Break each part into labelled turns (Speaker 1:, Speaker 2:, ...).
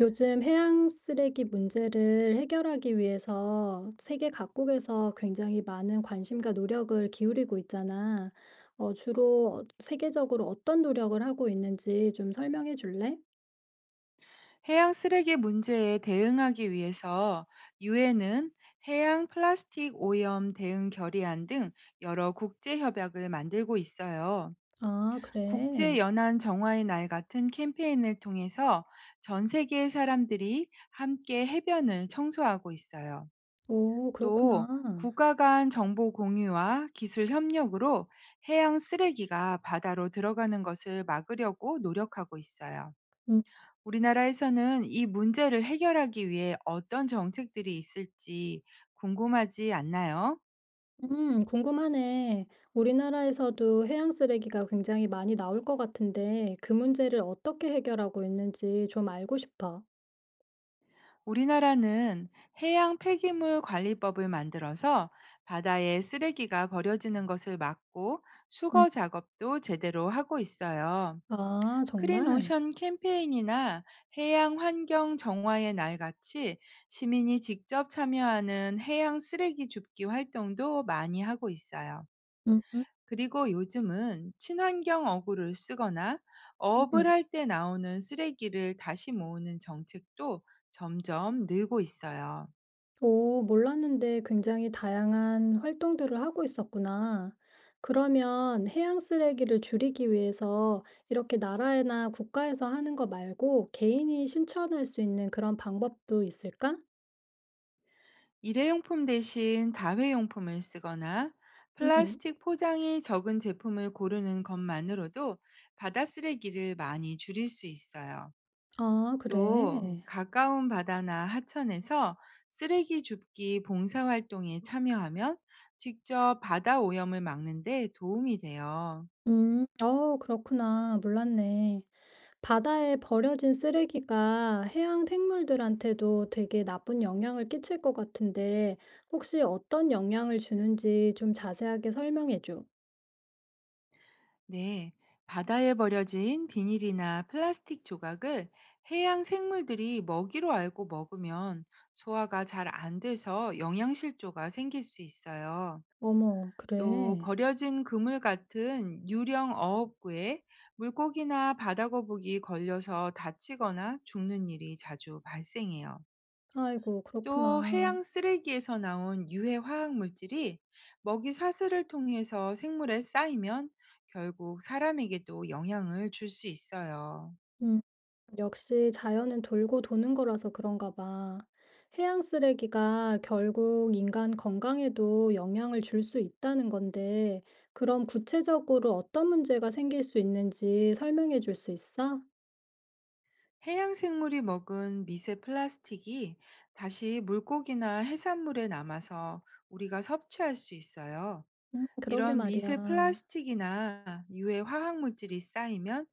Speaker 1: 요즘 해양 쓰레기 문제를 해결하기 위해서 세계 각국에서 굉장히 많은 관심과 노력을 기울이고 있잖아. 주로 세계적으로 어떤 노력을 하고 있는지 좀 설명해 줄래?
Speaker 2: 해양 쓰레기 문제에 대응하기 위해서 유엔은 해양 플라스틱 오염 대응 결의안 등 여러 국제 협약을 만들고 있어요.
Speaker 1: 아,
Speaker 2: 국제
Speaker 1: 그래.
Speaker 2: 연안 정화의 날 같은 캠페인을 통해서 전 세계의 사람들이 함께 해변을 청소하고 있어요.
Speaker 1: 오,
Speaker 2: 또
Speaker 1: 그렇구나.
Speaker 2: 국가 간 정보 공유와 기술 협력으로 해양 쓰레기가 바다로 들어가는 것을 막으려고 노력하고 있어요.
Speaker 1: 음,
Speaker 2: 우리나라에서는 이 문제를 해결하기 위해 어떤 정책들이 있을지 궁금하지 않나요?
Speaker 1: 궁금하네. 우리나라에서도 해양 쓰레기가 굉장히 많이 나올 것 같은데 그 문제를 어떻게 해결하고 있는지 좀 알고 싶어.
Speaker 2: 우리나라는 해양 폐기물 관리법을 만들어서 바다에 쓰레기가 버려지는 것을 막고
Speaker 1: 음.
Speaker 2: 수거 작업도 제대로 하고 있어요.
Speaker 1: 아,
Speaker 2: 크린
Speaker 1: 정말?
Speaker 2: 오션 캠페인이나 해양 환경 정화의 날 같이 시민이 직접 참여하는 해양 쓰레기 줍기 활동도 많이 하고 있어요.
Speaker 1: 음. 음.
Speaker 2: 그리고 요즘은 친환경 어구를 쓰거나 어업을
Speaker 1: 음.
Speaker 2: 할 때 나오는 쓰레기를 다시 모으는 정책도 점점 늘고 있어요.
Speaker 1: 오, 몰랐는데 굉장히 다양한 활동들을 하고 있었구나. 그러면 해양 쓰레기를 줄이기 위해서 이렇게 나라나 국가에서 하는 거 말고 개인이 실천할 수 있는 그런 방법도 있을까?
Speaker 2: 일회용품 대신 다회용품을 쓰거나
Speaker 1: 음,
Speaker 2: 플라스틱 포장이 적은 제품을 고르는 것만으로도 바다 쓰레기를 많이 줄일 수 있어요.
Speaker 1: 아,
Speaker 2: 또
Speaker 1: 그래.
Speaker 2: 가까운 바다나 하천에서 쓰레기 줍기 봉사활동에 참여하면 직접 바다 오염을 막는 데 도움이 돼요.
Speaker 1: 그렇구나. 몰랐네. 바다에 버려진 쓰레기가 해양 생물들한테도 되게 나쁜 영향을 끼칠 것 같은데 혹시 어떤 영향을 주는지 좀 자세하게 설명해줘.
Speaker 2: 네, 바다에 버려진 비닐이나 플라스틱 조각을 해양 생물들이 먹이로 알고 먹으면 소화가 잘 안 돼서 영양실조가 생길 수 있어요.
Speaker 1: 어머,
Speaker 2: 또
Speaker 1: 그래?
Speaker 2: 버려진 그물 같은 유령 어업구에 물고기나 바다거북이 걸려서 다치거나 죽는 일이 자주 발생해요.
Speaker 1: 아이고,
Speaker 2: 또
Speaker 1: 그렇구나.
Speaker 2: 해양 쓰레기에서 나온 유해 화학 물질이 먹이 사슬을 통해서 생물에 쌓이면 결국 사람에게도 영향을 줄 수 있어요.
Speaker 1: 음, 역시 자연은 돌고 도는 거라서 그런가 봐. 해양 쓰레기가 결국 인간 건강에도 영향을 줄 수 있다는 건데, 그럼 구체적으로 어떤 문제가 생길 수 있는지 설명해 줄 수 있어?
Speaker 2: 해양 생물이 먹은 미세 플라스틱이 다시 물고기나 해산물에 남아서 우리가 섭취할 수 있어요.
Speaker 1: 그러게
Speaker 2: 이런 미세
Speaker 1: 말이야.
Speaker 2: 플라스틱이나 유해 화학 물질이 쌓이면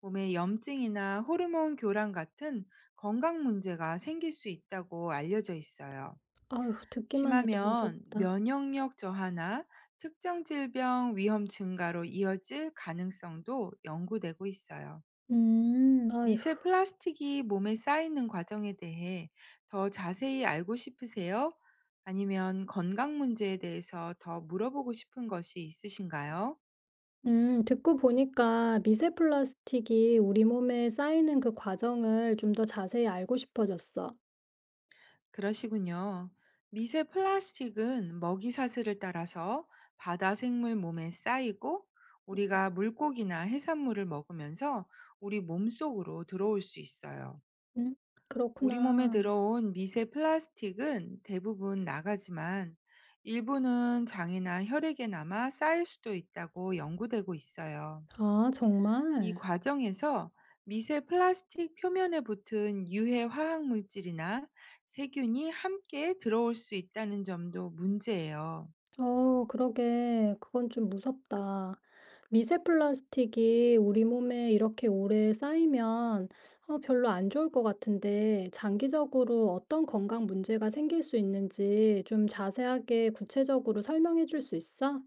Speaker 2: 몸에 염증이나 호르몬 교란 같은 건강 문제가 생길 수 있다고 알려져 있어요.
Speaker 1: 아휴, 듣기만 해도
Speaker 2: 심하면
Speaker 1: 무섭다.
Speaker 2: 면역력 저하나 특정 질병 위험 증가로 이어질 가능성도 연구되고 있어요.
Speaker 1: 아휴.
Speaker 2: 미세 플라스틱이 몸에 쌓이는 과정에 대해 더 자세히 알고 싶으세요? 아니면 건강 문제에 대해서 더 물어보고 싶은 것이 있으신가요?
Speaker 1: 듣고 보니까 미세 플라스틱이 우리 몸에 쌓이는 그 과정을 좀 더 자세히 알고 싶어졌어.
Speaker 2: 그러시군요. 미세 플라스틱은 먹이 사슬을 따라서 바다 생물 몸에 쌓이고, 우리가 물고기나 해산물을 먹으면서 우리 몸속으로 들어올 수 있어요.
Speaker 1: 음,
Speaker 2: 우리 몸에
Speaker 1: 그렇구나.
Speaker 2: 들어온 미세 플라스틱은 대부분 나가지만, 일부는 장이나 혈액에 남아 쌓일 수도 있다고 연구되고 있어요.
Speaker 1: 아,
Speaker 2: 이
Speaker 1: 정말?
Speaker 2: 과정에서 미세 플라스틱 표면에 붙은 유해 화학 물질이나 세균이 함께 들어올 수 있다는 점도 문제예요.
Speaker 1: 어, 그러게. 그건 좀 무섭다. 미세 플라스틱이 우리 몸에 이렇게 오래 쌓이면 별로 안 좋을 것 같은데, 장기적으로 어떤 건강 문제가 생길 수 있는지 좀 자세하게 구체적으로 설명해 줄 수 있어?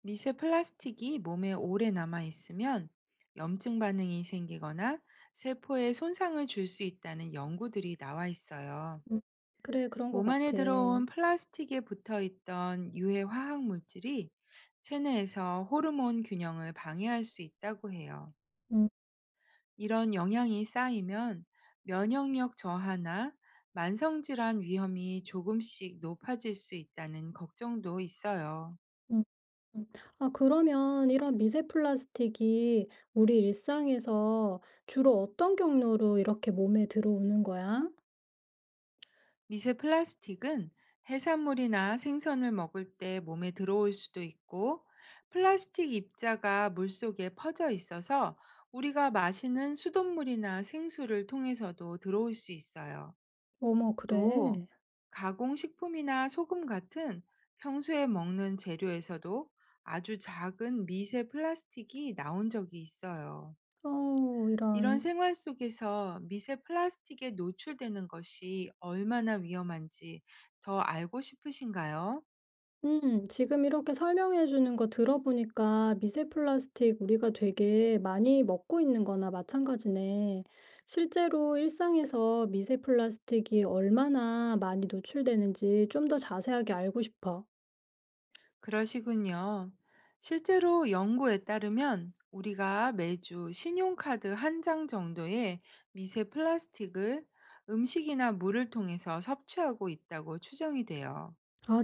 Speaker 2: 미세 플라스틱이 몸에 오래 남아 있으면 염증 반응이 생기거나 세포에 손상을 줄 수 있다는 연구들이 나와 있어요.
Speaker 1: 음. 그래, 그런 것
Speaker 2: 몸 안에
Speaker 1: 같아.
Speaker 2: 들어온 플라스틱에 붙어 있던 유해 화학 물질이 체내에서 호르몬 균형을 방해할 수 있다고 해요.
Speaker 1: 음.
Speaker 2: 이런 영향이 쌓이면 면역력 저하나 만성질환 위험이 조금씩 높아질 수 있다는 걱정도 있어요.
Speaker 1: 음. 음. 아, 그러면 이런 미세 플라스틱이 우리 일상에서 주로 어떤 경로로 이렇게 몸에 들어오는 거야?
Speaker 2: 미세 플라스틱은 해산물이나 생선을 먹을 때 몸에 들어올 수도 있고, 플라스틱 입자가 물속에 퍼져 있어서 우리가 마시는 수돗물이나 생수를 통해서도 들어올 수 있어요.
Speaker 1: 어머,
Speaker 2: 또
Speaker 1: 그래.
Speaker 2: 가공식품이나 소금 같은 평소에 먹는 재료에서도 아주 작은 미세 플라스틱이 나온 적이 있어요.
Speaker 1: 어,
Speaker 2: 이런
Speaker 1: 이런.
Speaker 2: 생활 속에서 미세 플라스틱에 노출되는 것이 얼마나 위험한지 더 알고 싶으신가요?
Speaker 1: 지금 이렇게 설명해 주는 거 들어보니까 미세 플라스틱 우리가 되게 많이 먹고 있는 거나 마찬가지네. 실제로 일상에서 미세 플라스틱이 얼마나 많이 노출되는지 좀 더 자세하게 알고 싶어.
Speaker 2: 그러시군요. 실제로 연구에 따르면 우리가 매주 신용카드 한 장 정도의 미세 플라스틱을 음식이나 물을 통해서 섭취하고 있다고 추정이 돼요.
Speaker 1: 아,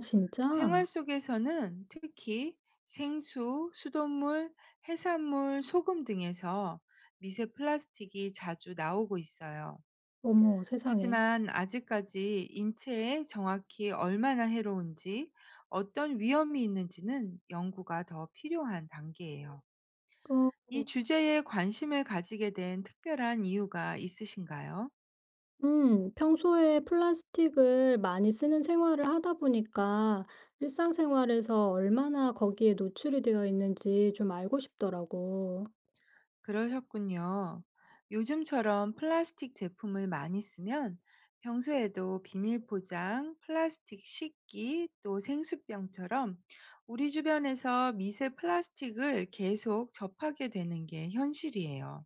Speaker 2: 생활
Speaker 1: 진짜?
Speaker 2: 속에서는 특히 생수, 수돗물, 해산물, 소금 등에서 미세 플라스틱이 자주 나오고 있어요.
Speaker 1: 어머, 세상에.
Speaker 2: 하지만 아직까지 인체에 정확히 얼마나 해로운지, 어떤 위험이 있는지는 연구가 더 필요한 단계예요.
Speaker 1: 어
Speaker 2: 이 주제에 관심을 가지게 된 특별한 이유가 있으신가요?
Speaker 1: 평소에 플라스틱을 많이 쓰는 생활을 하다 보니까 일상생활에서 얼마나 거기에 노출이 되어 있는지 좀 알고 싶더라고.
Speaker 2: 그러셨군요. 요즘처럼 플라스틱 제품을 많이 쓰면 평소에도 비닐 포장, 플라스틱 식기, 또 생수병처럼 우리 주변에서 미세 플라스틱을 계속 접하게 되는 게 현실이에요.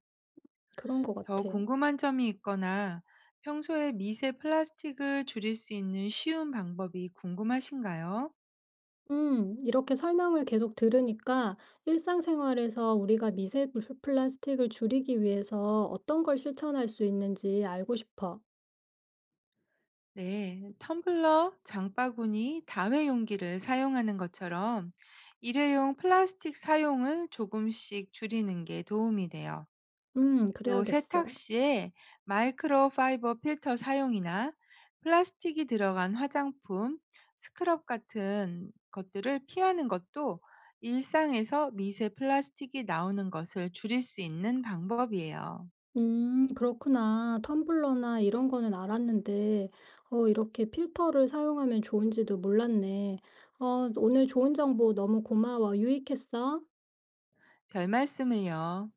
Speaker 1: 그런 것
Speaker 2: 더
Speaker 1: 같아.
Speaker 2: 궁금한 점이 있거나 평소에 미세 플라스틱을 줄일 수 있는 쉬운 방법이 궁금하신가요?
Speaker 1: 이렇게 설명을 계속 들으니까 일상생활에서 우리가 플라스틱을 줄이기 위해서 어떤 걸 실천할 수 있는지 알고 싶어.
Speaker 2: 네, 텀블러, 장바구니, 다회용기를 사용하는 것처럼 일회용 플라스틱 사용을 조금씩 줄이는 게 도움이 돼요.
Speaker 1: 음.
Speaker 2: 또 세탁
Speaker 1: 그래야겠어.
Speaker 2: 시에 마이크로 파이버 필터 사용이나 플라스틱이 들어간 화장품, 스크럽 같은 것들을 피하는 것도 일상에서 미세 플라스틱이 나오는 것을 줄일 수 있는 방법이에요.
Speaker 1: 음, 그렇구나. 텀블러나 이런 거는 알았는데 어, 이렇게 필터를 사용하면 좋은지도 몰랐네. 어, 오늘 좋은 정보 너무 고마워. 유익했어.
Speaker 2: 별 말씀을요.